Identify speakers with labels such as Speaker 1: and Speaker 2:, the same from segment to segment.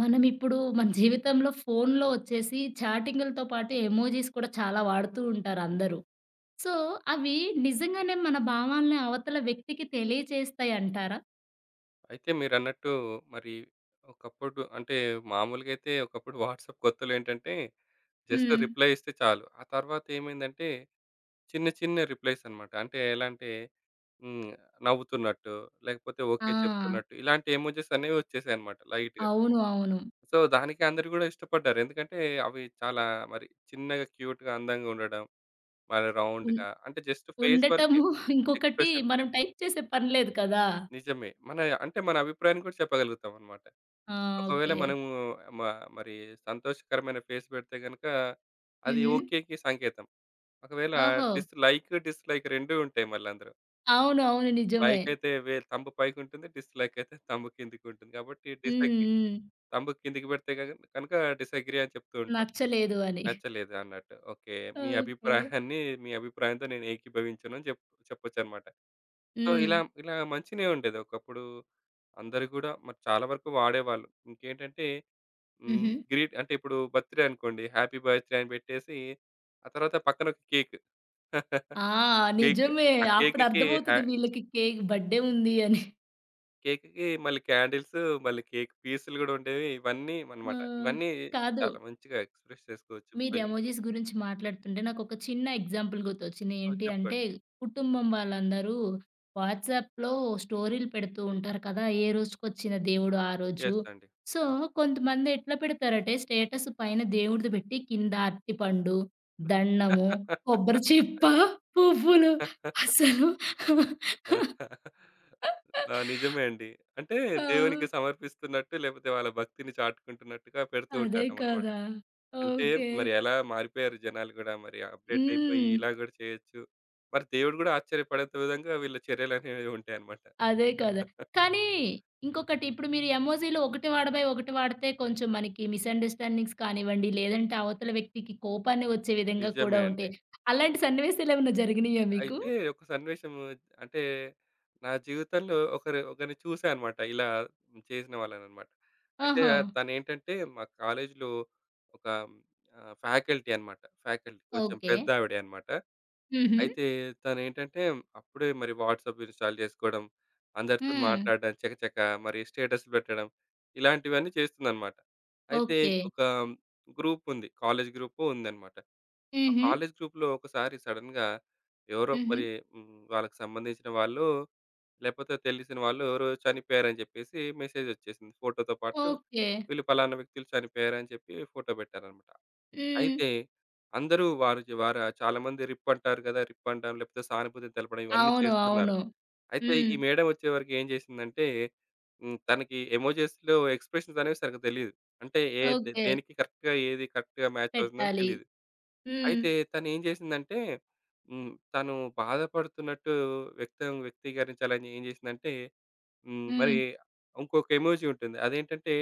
Speaker 1: మనం ఇప్పుడు మన జీవితంలో ఫోన్‌లో వచ్చేసి చాటింగులతో పాటు ఎమోజీస్ కూడా చాలా వాడుతూ ఉంటారు అందరూ. సో, అవి నిజంగానే మన భావాల్ని అవతల వ్యక్తికి తెలియచేస్తాయంటారా?
Speaker 2: అయితే మీరన్నట్టు మరి ఒకప్పుడు అంటే మామూలుగా అయితే ఒకప్పుడు వాట్సాప్ కొత్తలో ఏంటంటే జస్ట్
Speaker 1: హ్మ్.
Speaker 2: రిప్లై ఇస్తే చాలు. ఆ తర్వాత ఏమైందంటే చిన్న చిన్న రిప్లైస్ అన్నమాట. అంటే ఎలా అంటే హ్మ్. నవ్వుతున్నట్టు, లేకపోతే
Speaker 1: ఆ!
Speaker 2: ఓకే చెప్తున్నట్టు ఇలాంటి ఎమోజీస్ అనేవి వచ్చేసాయన్నమాట లైట్‌గా.
Speaker 1: అవును. అవును.
Speaker 2: సో, దానికి అందరూ కూడా ఇష్టపడ్డారు. ఎందుకంటే అవి చాలా చిన్నగా, క్యూట్‌గా, అందంగా ఉండడం, మరి
Speaker 1: ఉం
Speaker 2: రౌండ్‌గా అంటే జస్ట్ ఫేస్ వరకే
Speaker 1: ఉండటము ఇంకొకటి
Speaker 2: ఎక్స్‌ప్రెషన్.
Speaker 1: మనం టైప్ చేసే పని లేదు కదా!
Speaker 2: నిజమే. అంటే మన అభిప్రాయాన్ని కూడా చెప్పగలుగుతామన్నమాట.
Speaker 1: ఆ!
Speaker 2: ఒకవేళ
Speaker 1: ఓకే.
Speaker 2: మనము మ మరి సంతోషకరమైన ఫేస్ పెడితే గనుక, అది
Speaker 1: హుహు.
Speaker 2: ఓకేకి సంకేతం. ఒకవేళ
Speaker 1: ఓహో!
Speaker 2: డిస్‌లైక్ 2 ఉంటాయి మళ్ళీ అందులో.
Speaker 1: అవును. అవును. నిజమే.
Speaker 2: లైక్ అయితే వే థంబ్ పైకుంటుంది. డిస్‌లైక్ అయితే థంబ్ కిందకుంటుంది. కాబట్టి
Speaker 1: హ్మ్.
Speaker 2: డిసగ్రీ.
Speaker 1: హ్మ్.
Speaker 2: థంబ్ కిందకి పెడితే గ కనుక డిసగ్రీ అని చెప్తూ ఉంటాం.
Speaker 1: నచ్చలేదు అని.
Speaker 2: నచ్చలేదు అన్నట్టు. ఓకే.
Speaker 1: ఓకే.
Speaker 2: మీ అభిప్రాయంతో నేను ఏకీభవించను అని చెప్పొచ్చనమాట. సో,
Speaker 1: హ్మ్.
Speaker 2: ఇలా ఇలా మంచినే ఉండేది. ఒకప్పుడు అందరూ గూడా మరి చాలా వరకు వాడేవాళ్ళు. ఇంకేంటంటే హ్మ్.
Speaker 1: హుహు.
Speaker 2: గ్రీట్ అంటే ఇప్పుడు బర్త్‌డే అనుకోండి. హ్యాపీ బర్త్‌డే అని పెట్టేసి, ఆ తర్వాత పక్కన ఒక కేక్.
Speaker 1: ఆ!
Speaker 2: కేక్
Speaker 1: నిజమే.
Speaker 2: ఆ కేక్‌కి హ్యా
Speaker 1: అప్పుడర్థమవుతది వీళ్ళకి కేక్ బర్త్‌డే ఉంది అని.
Speaker 2: కేక్‌కి మళ్ళీ క్యాండిల్స్, మళ్ళీ కేక్ పీసులు గూడా ఉండేవి. ఇవన్నీ
Speaker 1: ఆ!
Speaker 2: అనమాట. ఇవన్నీ
Speaker 1: కాదు.
Speaker 2: చాలా మంచిగా ఎక్స్‌ప్రెస్ చేసుకోవచ్చు
Speaker 1: మీరు
Speaker 2: ఫీలింగ్స్.
Speaker 1: ఎమోజిస్ గురించి మాట్లాడుతుంటే నాకొక చిన్న ఎగ్జాంపుల్ గుర్తొచ్చింది.
Speaker 2: ఆ!
Speaker 1: ఏంటి అంటే,
Speaker 2: చెప్పండి.
Speaker 1: కుటుంబం వాళ్ళందరూ వాట్సాప్‌లో స్టోరీలు పెడుతూ ఉంటారు కదా! ఏ రోజుకొచ్చిన దేవుడు ఆ రోజు.
Speaker 2: యెస్ అండి.
Speaker 1: సో, కొంతమంది ఎట్లా పెడతారంటే, స్టేటస్ పైన దేవుడిది పెట్టి కింద అరటిపండు, దండము, కొబ్బరి చిప్ప, పువ్వులు అసలు
Speaker 2: ఆ! నిజమే అండి. అంటే
Speaker 1: ఆ!
Speaker 2: దేవునికి సమర్పిస్తున్నట్టు లేకపోతే వాళ్ళ భక్తిని చాటుకుంటున్నట్టుగా పెడుతూ
Speaker 1: అదే
Speaker 2: ఉంటారనమాట.
Speaker 1: కదా!
Speaker 2: అంటే
Speaker 1: ఓకే.
Speaker 2: మరి ఎలా మారిపోయారు జనాలు గూడా, మరి అప్‌డేట్ అయిపోయి
Speaker 1: హ్మ్.
Speaker 2: ఇలా గూడా చేయొచ్చు. మరి దేవుడు గూడా ఆశ్చర్యపడేంత విధంగా వీళ్ళ చర్యలనేవి ఉంటాయన్నమాట.
Speaker 1: అదే కదా! కానీ ఇంకొకటి ఇప్పుడు మీరు ఎమోజీలు ఒకటి వాడబోయి ఒకటి వాడితే కొంచెం మనకి మిస్‌అండర్‌స్టాండింగ్స్ కానివ్వండి, లేదంటే అవతల వ్యక్తికి కోపాన్ని వచ్చే విధంగా
Speaker 2: నిజమే
Speaker 1: కూడా
Speaker 2: అండి.
Speaker 1: ఉంటాయి. అలాంటి సన్నివేశాలేమన్నా జరిగినాయా మీకు?
Speaker 2: అయితే ఒక సన్నివేశం, అంటే నా జీవితంలో ఒకరు ఒకరిని చూసా అన్నమాట. ఇలా చేసిన వాళ్ళనన్నమాట. అయితే
Speaker 1: ఆహా!
Speaker 2: తనేంటంటే మా కాలేజీలో ఒక ఫ్యాకల్టీ అన్నమాట. ఫ్యాకల్టీ కొంచెం
Speaker 1: ఓకే.
Speaker 2: పెద్దావిడే అన్నమాట.
Speaker 1: హుహు.
Speaker 2: అయితే తనేంటంటే అప్పుడే మరి వాట్సాప్ ఇన్‌స్టాల్ జేసుకోవడం, అందరితో
Speaker 1: హ్మ్.
Speaker 2: మాట్లాడడం చకచకా, మరి స్టేటస్‌లు పెట్టడం, ఇలాంటివన్నీ చేస్తుందన్నమాట. అయితే
Speaker 1: ఓకే.
Speaker 2: ఒక గ్రూప్ ఉంది. కాలేజ్ గ్రూపు ఉందన్నమాట. ఆ
Speaker 1: హుహు.
Speaker 2: కాలేజ్ గ్రూప్‌లో ఒకసారి సడెన్‌గా ఎవరో
Speaker 1: హుహు.
Speaker 2: మరి హ్మ్, వాళ్ళకి సంబంధించిన వాళ్ళు లేపోతే తెలిసిన వాళ్ళు ఎవరో చనిపోయారని జెప్పేసి మెసేజ్ ఒచ్చేసింది. ఫోటోతో పాటు
Speaker 1: ఓకే.
Speaker 2: వీళ్ళు పలానా వ్యక్తులు చనిపోయారని చెప్పి ఫోటో పెట్టారన్నమాట.
Speaker 1: హ్మ్.
Speaker 2: అయితే అందరూ వారు చ వార చాలామంది రిప్ అంటారు గదా! రిప్ అనడం, లేకపోతే సానుభూతిని తెలపడం ఇవన్నీ
Speaker 1: అవును.
Speaker 2: చేస్తున్నారు.
Speaker 1: అవును.
Speaker 2: అయితే
Speaker 1: హ్మ్.
Speaker 2: ఈ మేడమ్ వచ్చేవరకు ఏం చేసిందంటే, తనకి ఎమోజీస్‌లో ఎక్స్‌ప్రెషన్స్ అనేవి సరిగ్గా తెలీదు. అంటే ఏ దే
Speaker 1: ఓకే.
Speaker 2: దేనికి కరెక్ట్‌గా, ఏది కరెక్ట్‌గా మ్యాచ్ అవుతుందని
Speaker 1: పెట్టాలి.
Speaker 2: తెలీదు.
Speaker 1: హ్మ్.
Speaker 2: అయితే తనేం చేసిందంటే, తను బాధపడుతున్నట్టు వ్యక్తీకరించాలని ఏం చేసిందంటే, హ్మ్,
Speaker 1: హ్మ్.
Speaker 2: మరి ఇంకొక ఎమోజీ ఉంటుంది. అదేంటంటే,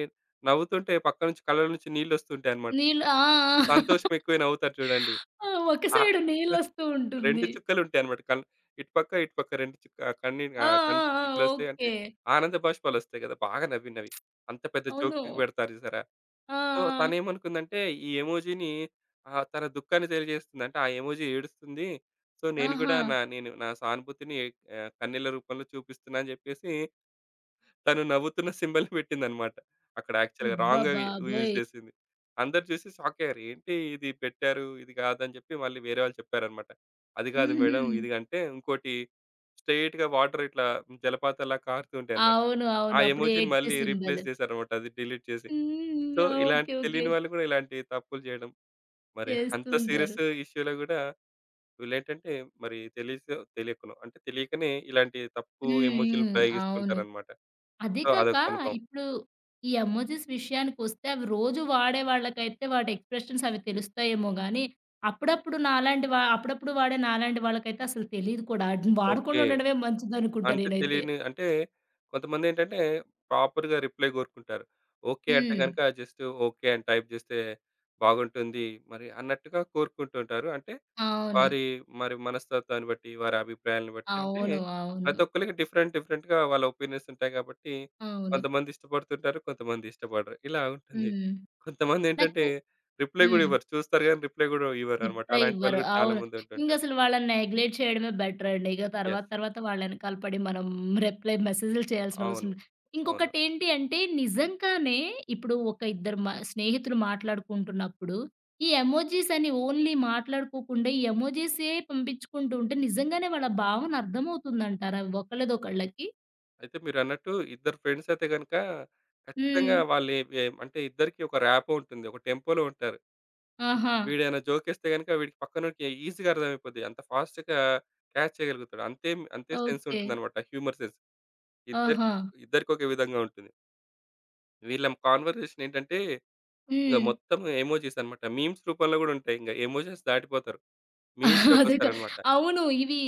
Speaker 2: నవ్వుతుంటే పక్క నుంచి కళ్ళ నుంచి నీళ్లొస్తుంటాయన్నమాట.
Speaker 1: నీళ్ళు ఆ! ఆ!
Speaker 2: సంతోషం ఎక్కువై నవ్వుతారు చూడండి.
Speaker 1: ఆ! ఒక
Speaker 2: ఆ!
Speaker 1: సైడు నీళ్ళొస్తూ
Speaker 2: 2
Speaker 1: ఉంటుంది.
Speaker 2: చుక్కలుంటాయన్నమాట. ఇటు పక్క, ఇటు పక్క 2 చుక్క,
Speaker 1: ఆ! ఆ!
Speaker 2: కంటి
Speaker 1: ఆ!
Speaker 2: చుక్కలొస్తాయి అంటే,
Speaker 1: ఓకే.
Speaker 2: ఆనంద బాష్పాలొస్తాయి గదా! బాగా నవ్వినవి. అంత పెద్ద
Speaker 1: అవును.
Speaker 2: జోక్‌కి పెడతారు చూసారా?
Speaker 1: ఆ!
Speaker 2: సో,
Speaker 1: ఆ!
Speaker 2: తనేమనుకుందంటే, ఈ ఎమోజిని తన దుఃఖాన్ని తెలియజేస్తుంది. అంటే, ఆ ఎమోజి ఏడుస్తుంది. సో, నేను
Speaker 1: ఆహా!
Speaker 2: గూడా నా సానుభూతిని కన్నీళ్ళ రూపంలో చూపిస్తున్నా అని జెప్పేసి తను నవ్వుతున్న సింబల్‌ని పెట్టిందన్నమాట. అక్కడ యాక్చువల్‌గా
Speaker 1: అబ్బా
Speaker 2: రాంగ్‌గా యూజ్
Speaker 1: బాబోయ్!
Speaker 2: చేసింది. అందరూ చూసి షాక్ అయ్యారు. "ఏంటి ఇది పెట్టారు, ఇది కాదని" చెప్పి మళ్ళీ వేరే వాళ్ళు చెప్పారన్నమాట. "అది కాదు
Speaker 1: హుహు.
Speaker 2: మేడం ఇది" అంటే ఇంకోటి స్ట్రెయిట్‌గా వాటర్ ఇట్లా జలపాతంలా కారుతూ ఉంటాయన్నమాట.
Speaker 1: అవును.
Speaker 2: ఆ
Speaker 1: అవును. అప్పుడు
Speaker 2: ఎమోజిని
Speaker 1: ఏడ్చే
Speaker 2: మళ్ళీ
Speaker 1: సింబల్.
Speaker 2: రీప్లేస్ చేశారన్నమాట, అది డిలీట్ చేసి.
Speaker 1: హ్మ్.
Speaker 2: సో, ఇలాంటి
Speaker 1: ఓకే. ఓకే.
Speaker 2: తెలియని వాళ్ళు కూడా ఇలాంటి తప్పులు చేయడం. మరి
Speaker 1: చేస్తూ
Speaker 2: అంత
Speaker 1: ఉంటారు.
Speaker 2: సీరియస్ ఇష్యూలో కూడా వీళ్ళేంటంటే మరి తెలిసో తెలియకనో, అంటే తెలియకనే, ఇలాంటి తప్పు
Speaker 1: హ్మ్.
Speaker 2: ఎమోజిలు
Speaker 1: హ్మ్. అవును.
Speaker 2: ప్రయోగిస్తుంటారన్నమాట.
Speaker 1: అదే
Speaker 2: సో,
Speaker 1: కాక
Speaker 2: అదొక అనుభవం.
Speaker 1: ఇప్పుడు ఈ ఎమోజిస్ విషయానికొస్తే అవి రోజు వాడే వాళ్ళకైతే వాటి ఎక్స్‌ప్రెషన్స్ అవి తెలుస్తాయేమో గానీ, అప్పుడప్పుడు నాలాంటి వా అప్పుడప్పుడు వాడే నాలాంటి వాళ్ళకైతే అసలు తెలీదు కూడా. ఆటిని వాడకుండా
Speaker 2: ఓకే.
Speaker 1: ఉండడమే మంచిదనుకుంటా
Speaker 2: అంటే
Speaker 1: నేనైతే.
Speaker 2: తెలియని అంటే కొంతమందేంటంటే ప్రాపర్‌గా రిప్లై కోరుకుంటారు. ఓకే. అంటే
Speaker 1: హ్మ్.
Speaker 2: గనక జస్ట్ ఓకే అని టైప్ చేస్తే బాగుంటుంది మరి అన్నట్టుగా కోరుకుంటుంటారు. అంటే
Speaker 1: అవును.
Speaker 2: వారి మనస్తత్వాన్ని బట్టి, వారి అభిప్రాయాలను బట్టి, అంటే
Speaker 1: అవును. అవును.
Speaker 2: ప్రతి ఒక్కళ్ళకి డిఫరెంట్ డిఫరెంట్‌గా వాళ్ళ ఒపీనియన్స్ ఉంటాయి కాబట్టి
Speaker 1: అవును.
Speaker 2: కొంతమంది ఇష్టపడుతుంటారు. కొంతమంది ఇష్టపడరు. ఇలా ఉంటుంది.
Speaker 1: హ్మ్.
Speaker 2: కొంతమందేంటంటే
Speaker 1: నాకు
Speaker 2: రిప్లై కూడా
Speaker 1: హ్మ్.
Speaker 2: ఇవ్వరు. చూస్తారు గానీ రిప్లై కూడా ఇవ్వరన్నమాట.
Speaker 1: రిప్లై
Speaker 2: అలాంటి వాళ్ళు
Speaker 1: ఇవ్వరు.
Speaker 2: కూడా చాలా
Speaker 1: అవును.
Speaker 2: మంది ఉంటుంటారు.
Speaker 1: ఇంగసలు వాళ్ళని నెగ్లెక్ట్ చేయడమే బెటరండి. ఇక
Speaker 2: యెస్.
Speaker 1: తర్వాత తర్వాత వాళ్ళ ఎనకాల పడి మనం రిప్లై మెసేజ్‌లు చేయాల్సిన అవసరం
Speaker 2: అవును,
Speaker 1: లేదు.
Speaker 2: అవును.
Speaker 1: ఇంకొకటేంటి అంటే నిజంగానే ఇప్పుడు ఒక ఇద్దరు స్నేహితులు మాట్లాడుకుంటున్నప్పుడు ఈ ఎమోజిస్ అని ఓన్లీ మాట్లాడుకోకుండా ఈ ఎమోజిసే పంపించుకుంటూ ఉంటే నిజంగానే వాళ్ళ భావన అర్థమవుతుందంటారా ఒకళ్ళదొకళ్ళకి?
Speaker 2: అయితే మీరన్నట్టు ఇద్దరు ఫ్రెండ్స్ అయితే గనుక
Speaker 1: హ్మ్.
Speaker 2: ఖచ్చితంగా వాళ్ళు ఏ ఏ అంటే ఇద్దరికీ ఒక ర్యాపో ఉంటుంది. ఒక టెంపోలో ఉంటారు.
Speaker 1: ఆహా!
Speaker 2: వీడేమైనా జోకేస్తే గనుక వీడికి పక్కనోడికి ఈజీగా అర్థమైపోద్ది. అంత ఫాస్ట్‌గా క్యాచ్ చేయగలుగుతాడు. అంతే అంతే సెన్స్
Speaker 1: ఓకే.
Speaker 2: ఉంటుందన్నమాట. Humour sense.
Speaker 1: ఆహా!
Speaker 2: ఇద్దరికి ఇద్దరికి ఒకే విధంగా ఉంటుంది. వీళ్ళ కాన్వర్జేషన్ ఏంటంటే ఇంక
Speaker 1: హ్మ్.
Speaker 2: మొత్తం ఎమోజిస్ అన్నమాట. మీమ్స్ రూపంలో గూడా ఉంటాయి. ఇంక ఎమోజిస్ దాటిపోతారు. మీమ్స్‌లోకి
Speaker 1: అదే క
Speaker 2: వస్తారన్నమాట.
Speaker 1: అవును. ఇవి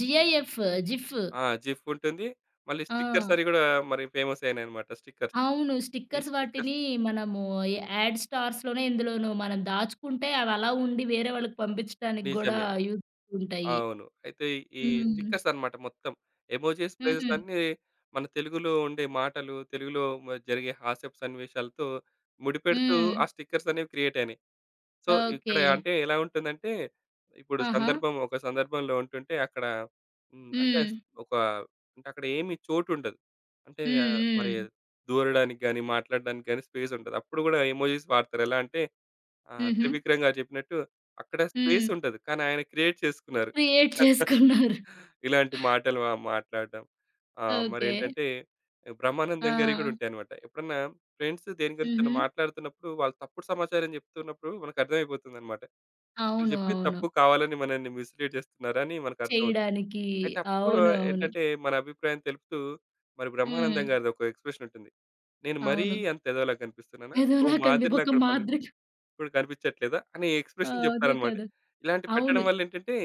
Speaker 1: జిఐఎఫ్, జిఫ్.
Speaker 2: ఆ! జిఫ్ ఉంటుంది. మళ్ళీ
Speaker 1: ఆ!
Speaker 2: స్టిక్కర్స్ అని గూడా మరి ఫేమస్ అయినాయన్నమాట స్టిక్కర్స్.
Speaker 1: అవును.
Speaker 2: ఈ
Speaker 1: స్టిక్కర్స్
Speaker 2: స్టిక్కర్స్
Speaker 1: వాటిని మనము యాడ్ స్టార్స్‌లోనే ఎందులోనో మనం దాచుకుంటే అవలా ఉండి వేరే వాళ్ళకి పంపించడానికి గూడా
Speaker 2: నిజమే.
Speaker 1: యూజ్ ఉంటాయి.
Speaker 2: అవును. అయితే ఈ
Speaker 1: హ్మ్.
Speaker 2: స్టిక్కర్స్ అన్నమాట మొత్తం. ఎమోజిస్ ప్లేసెస్
Speaker 1: హుహు.
Speaker 2: అన్నీ మన తెలుగులో ఉండే మాటలు, తెలుగులో జరిగే హాస్యపు సన్నివేశాలతో ముడిపెడుతూ
Speaker 1: హ్మ్.
Speaker 2: ఆ స్టిక్కర్స్ అనేవి క్రియేట్ అయినాయి. So,
Speaker 1: okay.
Speaker 2: ఇక్కడ అంటే ఎలా ఉంటుందంటే, ఇప్పుడు
Speaker 1: ఆహా!
Speaker 2: ఒక సందర్భంలో ఉంటుంటే అక్కడ హ్మ్. అంటే
Speaker 1: హ్మ్.
Speaker 2: ఒక అంటే అక్కడ ఏమి చోటుండదు. అంటే
Speaker 1: హ్మ్.
Speaker 2: ఆహ్, మరి
Speaker 1: హ్మ్.
Speaker 2: దూరడానికి గాని, మాట్లాడడానికి గాని స్పేస్ ఉండదు. అప్పుడు గూడా ఎమోజిస్ వాడతారు. ఎలా అంటే
Speaker 1: హుహు.
Speaker 2: త్రివిక్రమ్ గారు చెప్పినట్టు అక్కడ స్పేస్
Speaker 1: హ్మ్.
Speaker 2: ఉంటది. కానీ ఆయన క్రియేట్ చేసుకున్నారు.
Speaker 1: క్రియేట్ చేసుకున్నారు.
Speaker 2: ఇలాంటి మాటలు మాట్లాడడం.
Speaker 1: ఓకే.
Speaker 2: మరేంటంటే
Speaker 1: ఆ!
Speaker 2: బ్రహ్మానందం గారివి గూడా ఉంటాయన్నమాట. ఎప్పుడన్నా ఫ్రెండ్స్ దేని గురించైనా
Speaker 1: హుహు.
Speaker 2: మాట్లాడుతున్నప్పుడు వాళ్ళు తప్పుడు సమాచారం చెప్తున్నప్పుడు మనకు అర్థమైపోతుందన్నమాట. వీళ్ళు
Speaker 1: అవును.
Speaker 2: చెప్పేది
Speaker 1: అవును.
Speaker 2: తప్పు, కావాలని మనల్ని మిస్‌లీడ్ చేస్తున్నారని మనకర్థమవుతుంది.
Speaker 1: చేయడానికి
Speaker 2: అయితే అప్పుడు గూడా
Speaker 1: అవును. అవును.
Speaker 2: ఏంటంటే మన అభిప్రాయం తెలుపుతూ మరి
Speaker 1: హ్మ్.
Speaker 2: బ్రహ్మానందం గారిది ఒక ఎక్స్‌ప్రెషన్ ఉంటుంది. "నేను మరీ
Speaker 1: అవును.
Speaker 2: అంత ఎదవలా కనిపిస్తున్నానా? ఓ
Speaker 1: ఏదోలా కనిపి
Speaker 2: మాదిరిలా
Speaker 1: ఒక
Speaker 2: కూడా పని
Speaker 1: మాదిరిగా
Speaker 2: ఇప్పుడు కనిపించట్లేదా?" అనే
Speaker 1: ఆ!
Speaker 2: ఎక్స్‌ప్రెషన్
Speaker 1: అదే
Speaker 2: చెప్తారన్నమాట.
Speaker 1: కదా!
Speaker 2: ఇలాంటి
Speaker 1: అవును.
Speaker 2: పెట్టడం వల్ల ఏంటంటే,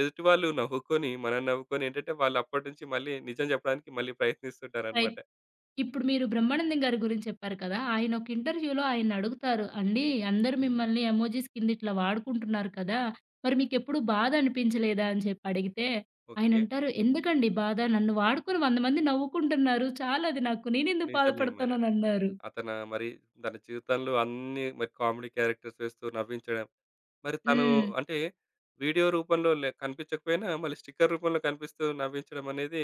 Speaker 2: ఎదుటి వాళ్ళు నవ్వుకొని, మనం నవ్వుకొని ఏంటంటే, వాళ్ళు అప్పటినుంచి మళ్ళీ నిజం చెప్పడానికి మళ్ళీ
Speaker 1: ప్రయత్
Speaker 2: ప్రయత్నిస్తుంటారన్నమాట.
Speaker 1: ఇప్పుడు మీరు బ్రహ్మానందం గారి గురించి చెప్పారు కదా! ఆయన ఒక ఇంటర్వ్యూలో ఆయన్నడుగుతారు, "అండి అందరూ మిమ్మల్ని ఎమోజిస్ కింద ఇట్లా వాడుకుంటున్నారు కదా! మరి మీకెప్పుడు బాధ అనిపించలేదా?" అని చెప్పి అడిగితే,
Speaker 2: ఓకే.
Speaker 1: ఆయనంటారు, "ఎందుకండి బాధ? నన్ను వాడుకొని 100 మంది నవ్వుకుంటున్నారు. చాలది నాకు. నేనెందుకు
Speaker 2: నిజమే మరి.
Speaker 1: బాధపడతాననన్నారు."
Speaker 2: అతను మరి తన జీవితంలో అన్నీ మరి కామెడీ క్యారెక్టర్స్ వేస్తూ నవ్వించడం. మరి తను
Speaker 1: హ్మ్.
Speaker 2: అంటే వీడియో రూపంలో కనిపించకపోయినా, మళ్ళీ స్టిక్కర్ రూపంలో కనిపిస్తూ నవ్వించడం అనేది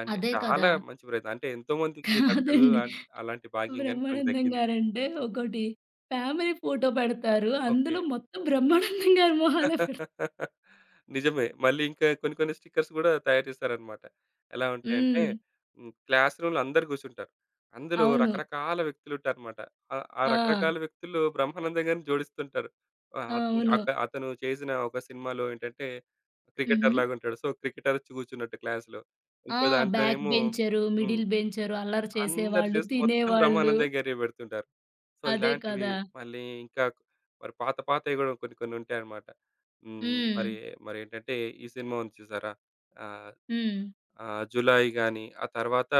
Speaker 2: అంటే
Speaker 1: అదే
Speaker 2: చాలా
Speaker 1: కదా!
Speaker 2: మంచి ప్రయత్నం. అంటే ఎంతోమందికి దక్కదు.
Speaker 1: అదండి.
Speaker 2: అలాంటి భాగ్యం గాని తనకు
Speaker 1: బ్రహ్మానందం
Speaker 2: దక్కింది.
Speaker 1: గారంటే ఒకటి ఫ్యామిలీ ఫోటో పెడతారు.
Speaker 2: ఓకే.
Speaker 1: అందులో మొత్తం బ్రహ్మానందం గారి మొహాలే పెడతారు.
Speaker 2: నిజమే. మళ్ళీ ఇంకా కొన్ని కొన్ని స్టిక్కర్స్ గూడా తయారు చేశారనమాట. ఎలా ఉంటాయంటే
Speaker 1: హ్మ్.
Speaker 2: క్లాస్ రూమ్‌లో అందరూ గూర్చుంటారు. అందులో
Speaker 1: అవును.
Speaker 2: రకరకాల వ్యక్తులుంటారనమాట. ఆ
Speaker 1: ఆ!
Speaker 2: రకరకాల వ్యక్తుల్లో బ్రహ్మానందం గారిని జోడిస్తుంటారు. ఆహ్, అత్
Speaker 1: అవును.
Speaker 2: అక అతను చేసిన ఒక సినిమాలో ఏంటంటే
Speaker 1: హుహు.
Speaker 2: క్రికెటర్ లాగుంటాడు. సో, క్రికెటర్ వచ్చి గూర్చున్నట్టు క్లాస్‌లో.
Speaker 1: ఆ!
Speaker 2: ఇంకో
Speaker 1: బ్యాక్
Speaker 2: దాంట్లోనేమో
Speaker 1: బెంచరు,
Speaker 2: హ్మ్.
Speaker 1: మిడిల్ బెంచరు, అల్లరి
Speaker 2: అందరూ
Speaker 1: చేసేవాళ్ళు,
Speaker 2: జస్ట్ మొత్తం
Speaker 1: తినేవాళ్ళు.
Speaker 2: బ్రహ్మానందం గారినే పెడుతుంటారు. సో,
Speaker 1: అదే
Speaker 2: ఇలాంటివి
Speaker 1: కదా!
Speaker 2: మళ్ళీ ఇంకా పాత పాతవి గూడా కొన్ని కొన్ని ఉంటాయన్నమాట. హ్మ్.
Speaker 1: హ్మ్.
Speaker 2: మరి మరేంటంటే ఈ సినిమా ఉంది చూసారా? ఆహ్,
Speaker 1: హ్మ్.
Speaker 2: ఆహ్, 'జులాయి' గాని, ఆ తర్వాత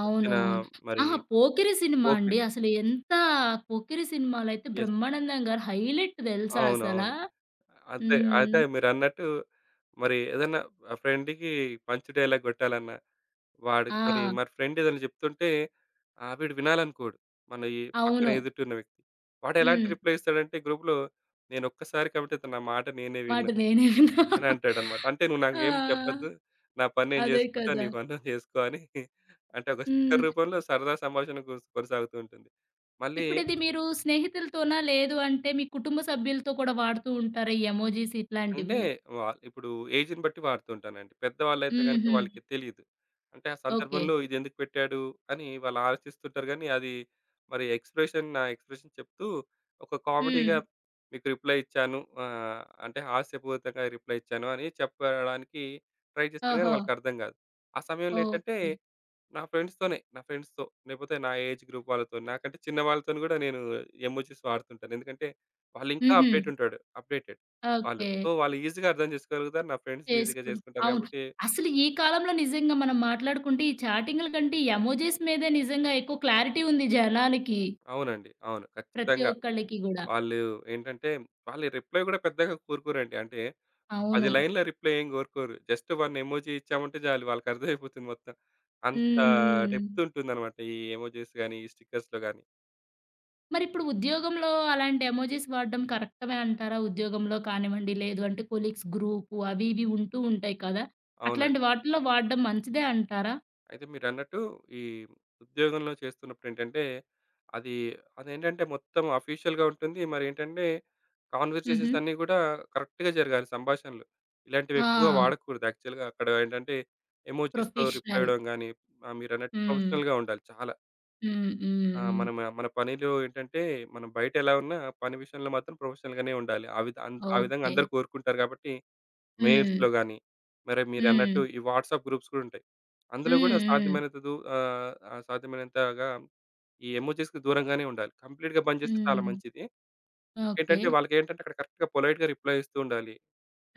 Speaker 1: అవును.
Speaker 2: వచ్చిన
Speaker 1: అవును.
Speaker 2: మరి
Speaker 1: అహా! 'పోకిరి' సినిమా అండి.
Speaker 2: 'పోకిరి',
Speaker 1: అసలు ఎంత 'పోకిరి' సినిమాలైతే
Speaker 2: యెస్.
Speaker 1: బ్రహ్మానందం గారు హైలైట్ తెలుసా అసల.
Speaker 2: అవునవును. అంతే. అయితే
Speaker 1: హ్మ్.
Speaker 2: మీరన్నట్టు మరి ఏదన్నా ఫ్రెండ్‌కి పంచ్ డైలాగ్ గొట్టాలన్నా, వాడికి మరి
Speaker 1: ఆ!
Speaker 2: మరి ఫ్రెండ్ ఏదైనా జెప్తుంటే వీడు వినాలనుకోడు. మన ఈ పక్కన
Speaker 1: అవును.
Speaker 2: ఎదుటున్న వ్యక్తి. వాడెలాంటి
Speaker 1: హ్మ్.
Speaker 2: రిప్లై ఇస్తాడంటే గ్రూప్‌లో నేనొక్కసారి కాబట్టి అతను నా మాట నేనే
Speaker 1: మాట
Speaker 2: విన్నా
Speaker 1: నేనే విన్నా.
Speaker 2: అని అంటాడన్నమాట. అంటే "నువ్వు నాకేం
Speaker 1: ఆ!
Speaker 2: చెప్పొద్దు. నా పని నేను
Speaker 1: అదే
Speaker 2: జేసుకుంటా. నీ
Speaker 1: కదా!
Speaker 2: పని నువ్వు జేసుకో" అని. అంటే ఒక స్టిక్కర్
Speaker 1: హ్మ్.
Speaker 2: రూపంలో సరదా సంభాషణ కొనసాగుతూ ఉంటుంది. మళ్ళీ
Speaker 1: ఇప్పుడిది మీరు స్నేహితులతోనా? లేదు అంటే మీ కుటుంబ సభ్యులతో కూడా వాడుతూ ఉంటారా ఈ ఎమోజిస్
Speaker 2: అంటే
Speaker 1: ఇట్లాంటివి?
Speaker 2: వా ఇప్పుడు ఏజ్‌ని బట్టి వాడుతుంటానండి. పెద్దవాళ్ళైతే గనుక
Speaker 1: హుహు.
Speaker 2: వాళ్ళకి తెలీదు. అంటే ఆ
Speaker 1: ఓకే.
Speaker 2: సందర్భంలో ఇదెందుకు పెట్టాడు అని వాళ్ళు ఆలోచిస్తుంటారు గానీ అది మరి ఎక్స్‌ప్రెషన్ చెప్తూ ఒక
Speaker 1: హ్మ్.
Speaker 2: కామెడీగా మీకు రిప్లై ఇచ్చాను. అంటే హాస్యపూరితంగా రిప్లై ఇచ్చాను అని చెప్పడానికి ట్రై చేస్తాను గానీ
Speaker 1: ఓహో!
Speaker 2: వాళ్ళకర్థం గాదు. ఆ సమయంలో ఏంటంటే
Speaker 1: ఓకే.
Speaker 2: నా ఫ్రెండ్స్‌తో, లేకపోతే నా ఏజ్ గ్రూప్ వాళ్ళతో. నాకంటే చిన్న వాళ్ళతోని గూడా నేను ఎమోజిస్ వాడుతుంటాను. ఎందుకంటే వాళ్ళింకా
Speaker 1: హుహు.
Speaker 2: అప్‌డేట్ ఉంటాడు. అప్‌డేటెడ్ వాళ్ళు.
Speaker 1: ఓకే.
Speaker 2: సో, వాళ్ళు ఈజీగా అర్థం చేసుకోగలుగుతారు. నా ఫ్రెండ్స్ ఈజీగా
Speaker 1: చేసుకుం
Speaker 2: చేసుకుంటారు
Speaker 1: అవును.
Speaker 2: కాబట్టి
Speaker 1: అసలు ఈ కాలంలో నిజంగా మనం మాట్లాడుకుంటే ఈ చాటింగ్‌ల కంటే ఈ ఎమోజిస్ మీదే నిజంగా ఎక్కువ క్లారిటీ ఉంది జనానికి.
Speaker 2: అవునండి. అవును,
Speaker 1: ప్రతి
Speaker 2: ఖచ్చితంగా.
Speaker 1: ఒక్కళ్ళకి గూడా.
Speaker 2: వాళ్ళు ఏంటంటే వాళ్ళు రిప్లై గూడా పెద్దగా కోరుకోరండి. అంటే ఒక
Speaker 1: అవును.
Speaker 2: 10 లైన్‌ల రిప్లై ఏం కోరుకోరు. జస్ట్ 1 ఎమోజి ఇచ్చామంటే చాలు వాళ్ళకర్థమైపోతుంది మొత్తం. అంత
Speaker 1: హ్మ్. హ్మ్.
Speaker 2: డెప్త్ ఉంటుందన్నమాట ఈ ఎమోజిస్ గాని, ఈ స్టిక్కర్స్‌లో గాని.
Speaker 1: మరిప్పుడు ఉద్యోగంలో అలాంటి ఎమోజిస్ వాడడం కరెక్టమే అంటారా? ఉద్యోగంలో కానివ్వండి, లేదు అంటే కొలీగ్స్ గ్రూపు అవి ఇవి ఉంటూ ఉంటాయి కదా! అట్లాంటి
Speaker 2: అవునండి.
Speaker 1: వాటిల్లో వాడడం మంచిదే అంటారా?
Speaker 2: అయితే మీరన్నట్టు ఈ ఉద్యోగంలో చేస్తున్నప్పుడు ఏంటంటే, అది అదేంటంటే మొత్తం అఫీషియల్‌గా ఉంటుంది. మరేంటంటే
Speaker 1: హుహు.
Speaker 2: కన్వర్జేషన్స్ అన్నీ గూడా కరెక్ట్‌గా జరగాలి సంభాషణలు. ఇలాంటివి ఎక్కువగా
Speaker 1: ఆ!
Speaker 2: వాడకూడదు యాక్చువల్‌గా. అక్కడ ఏంటంటే ఎమోజిస్‌తో రిప్లై
Speaker 1: ప్రొఫెషనల్.
Speaker 2: ఇవ్వడం గానీ, మీరన్నట్టు
Speaker 1: హ్మ్.
Speaker 2: ప్రొఫెషనల్‌గా ఉండాలి చాలా.
Speaker 1: హ్మ్. హ్మ్.
Speaker 2: ఆ!
Speaker 1: హ్మ్.
Speaker 2: మనం మన మన పనిలో ఏంటంటే మనం బయట ఎలా ఉన్నా పని విషయంలో మాత్రం ప్రొఫెషనల్‌గానే ఉండాలి. ఆ విధంగా
Speaker 1: ఓకే.
Speaker 2: అందరూ కోరుకుంటారు గాబట్టి
Speaker 1: హ్మ్.
Speaker 2: మెయిల్స్‌లో గాని, మరి
Speaker 1: హ్మ్.
Speaker 2: మీరన్నట్టు ఈ వాట్సాప్ గ్రూప్స్ కూడా ఉంటాయి. అందులో కూడా
Speaker 1: హ్మ్. హ్మ్.
Speaker 2: సాధ్యమైనంతగా ఈ ఎమోజిస్‌కి దూరంగానే ఉండాలి. కంప్లీట్‌గా బంద్ చేస్తే చాలా
Speaker 1: హ్మ్.
Speaker 2: మంచిది.
Speaker 1: ఓకే.
Speaker 2: ఇంకేంటంటే వాళ్ళకేంటంటే అక్కడ కరెక్ట్‌గా పొలైట్‌గా రిప్లై ఇస్తూ ఉండాలి.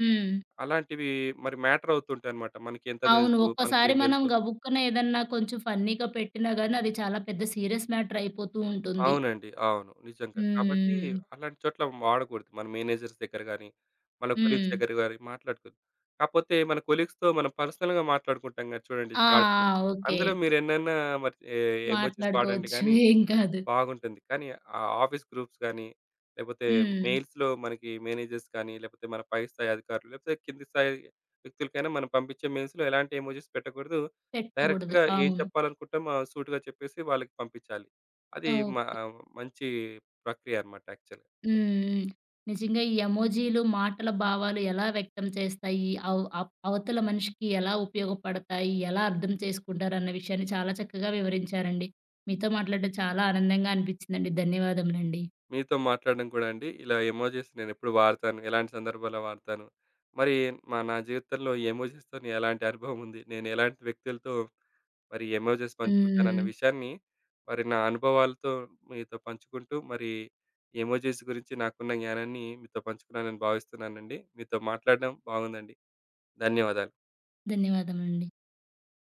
Speaker 1: హ్మ్.
Speaker 2: అలాంటివి మరి మ్యాటర్ అవుతుంటాయన్నమాట. మనకెంత
Speaker 1: అవును.
Speaker 2: తెలుసు?
Speaker 1: ఒక్కసారి
Speaker 2: మనకేం
Speaker 1: మనం
Speaker 2: తెలుసు?
Speaker 1: గబుక్కున ఏదన్నా కొంచెం ఫన్నీగా పెట్టినా గాని అది చాలా పెద్ద సీరియస్ మ్యాటర్ అయిపోతూ ఉంటుంది.
Speaker 2: అవునండి. అవును, నిజంగా. కాబట్టి
Speaker 1: హ్మ్.
Speaker 2: అలాంటి చోట్ల వాడకూడదు. మన మేనేజర్స్ దగ్గర గాని, మన కొలీగ్స్
Speaker 1: హ్మ్.
Speaker 2: దగ్గర గాని మాట్లాడుకోద్దు. కాపోతే మన కొలీగ్స్‌తో మనం పర్సనల్‌గా మాట్లాడుకుంటాం కదా! చూడండి
Speaker 1: ఆ!
Speaker 2: చాట్స్.
Speaker 1: ఆ! ఓకే.
Speaker 2: అందులో మీరెన్నన్నా మరి ఎ ఎమోజిస్ వాడండి
Speaker 1: మాట్లాడుకోవచ్చు.
Speaker 2: గానీ
Speaker 1: ఏం కాదు.
Speaker 2: బాగుంటుంది. కానీ ఆ ఆఫీస్ గ్రూప్స్ గానీ, లేపోతే
Speaker 1: హ్మ్.
Speaker 2: మెయిల్స్‌లో మనకి మేనేజర్స్ కానీ, లేపోతే మన పై స్థాయి అధికారులు, లేపోతే కింది స్థాయి వ్యక్తులకైనా మనం పంపించే మెయిల్స్‌లో ఎలాంటి ఎమోజిస్ పెట్టకూడదు.
Speaker 1: పెట్టకూడదు.
Speaker 2: డైరెక్ట్‌గా ఏం
Speaker 1: అవును.
Speaker 2: చెప్పాలనుకుంటామో సూటిగా చెప్పేసి వాళ్ళకి పంపించాలి. అది మ
Speaker 1: ఓకే.
Speaker 2: మంచి ప్రక్రియ అన్నమాట యాక్చువల్‌గా.
Speaker 1: హ్మ్. హ్మ్. నిజంగా ఈ ఎమోజీలు మాటల భావాలు ఎలా వ్యక్తం చేస్తాయి? అవ్ అప్ అవతల మనిషికి ఎలా ఉపయోగపడతాయి? ఎలా అర్థం చేసుకుంటారన్న విషయాన్ని చాలా చక్కగా వివరించారండి. మీతో మాట్లాడడం చాలా ఆనందంగా అనిపించిందండి. ధన్యవాదములండి.
Speaker 2: మీతో మాట్లాడడం కూడా అండి. ఇలా ఎమోజిస్ నేనెప్పుడు వాడతాను, ఎలాంటి సందర్భాల్లో వాడతాను, మరి నా జీవితంలో ఈ ఎమోజిస్‌తోని ఎలాంటి అనుభవం ఉంది, నేను ఎలాంటి వ్యక్తులతో మరి ఎమోజిస్ పంచుకుంటానన్న
Speaker 1: హ్మ్.
Speaker 2: విషయాన్ని మరి నా అనుభవాలతో మీతో పంచుకుంటూ, మరి ఎమోజిస్ గురించి నాకున్న జ్ఞానాన్ని మీతో పంచుకున్నానని భావిస్తున్నానండి. మీతో మాట్లాడడం బాగుందండి. ధన్యవాదాలు.
Speaker 1: ధన్యవాదములండి.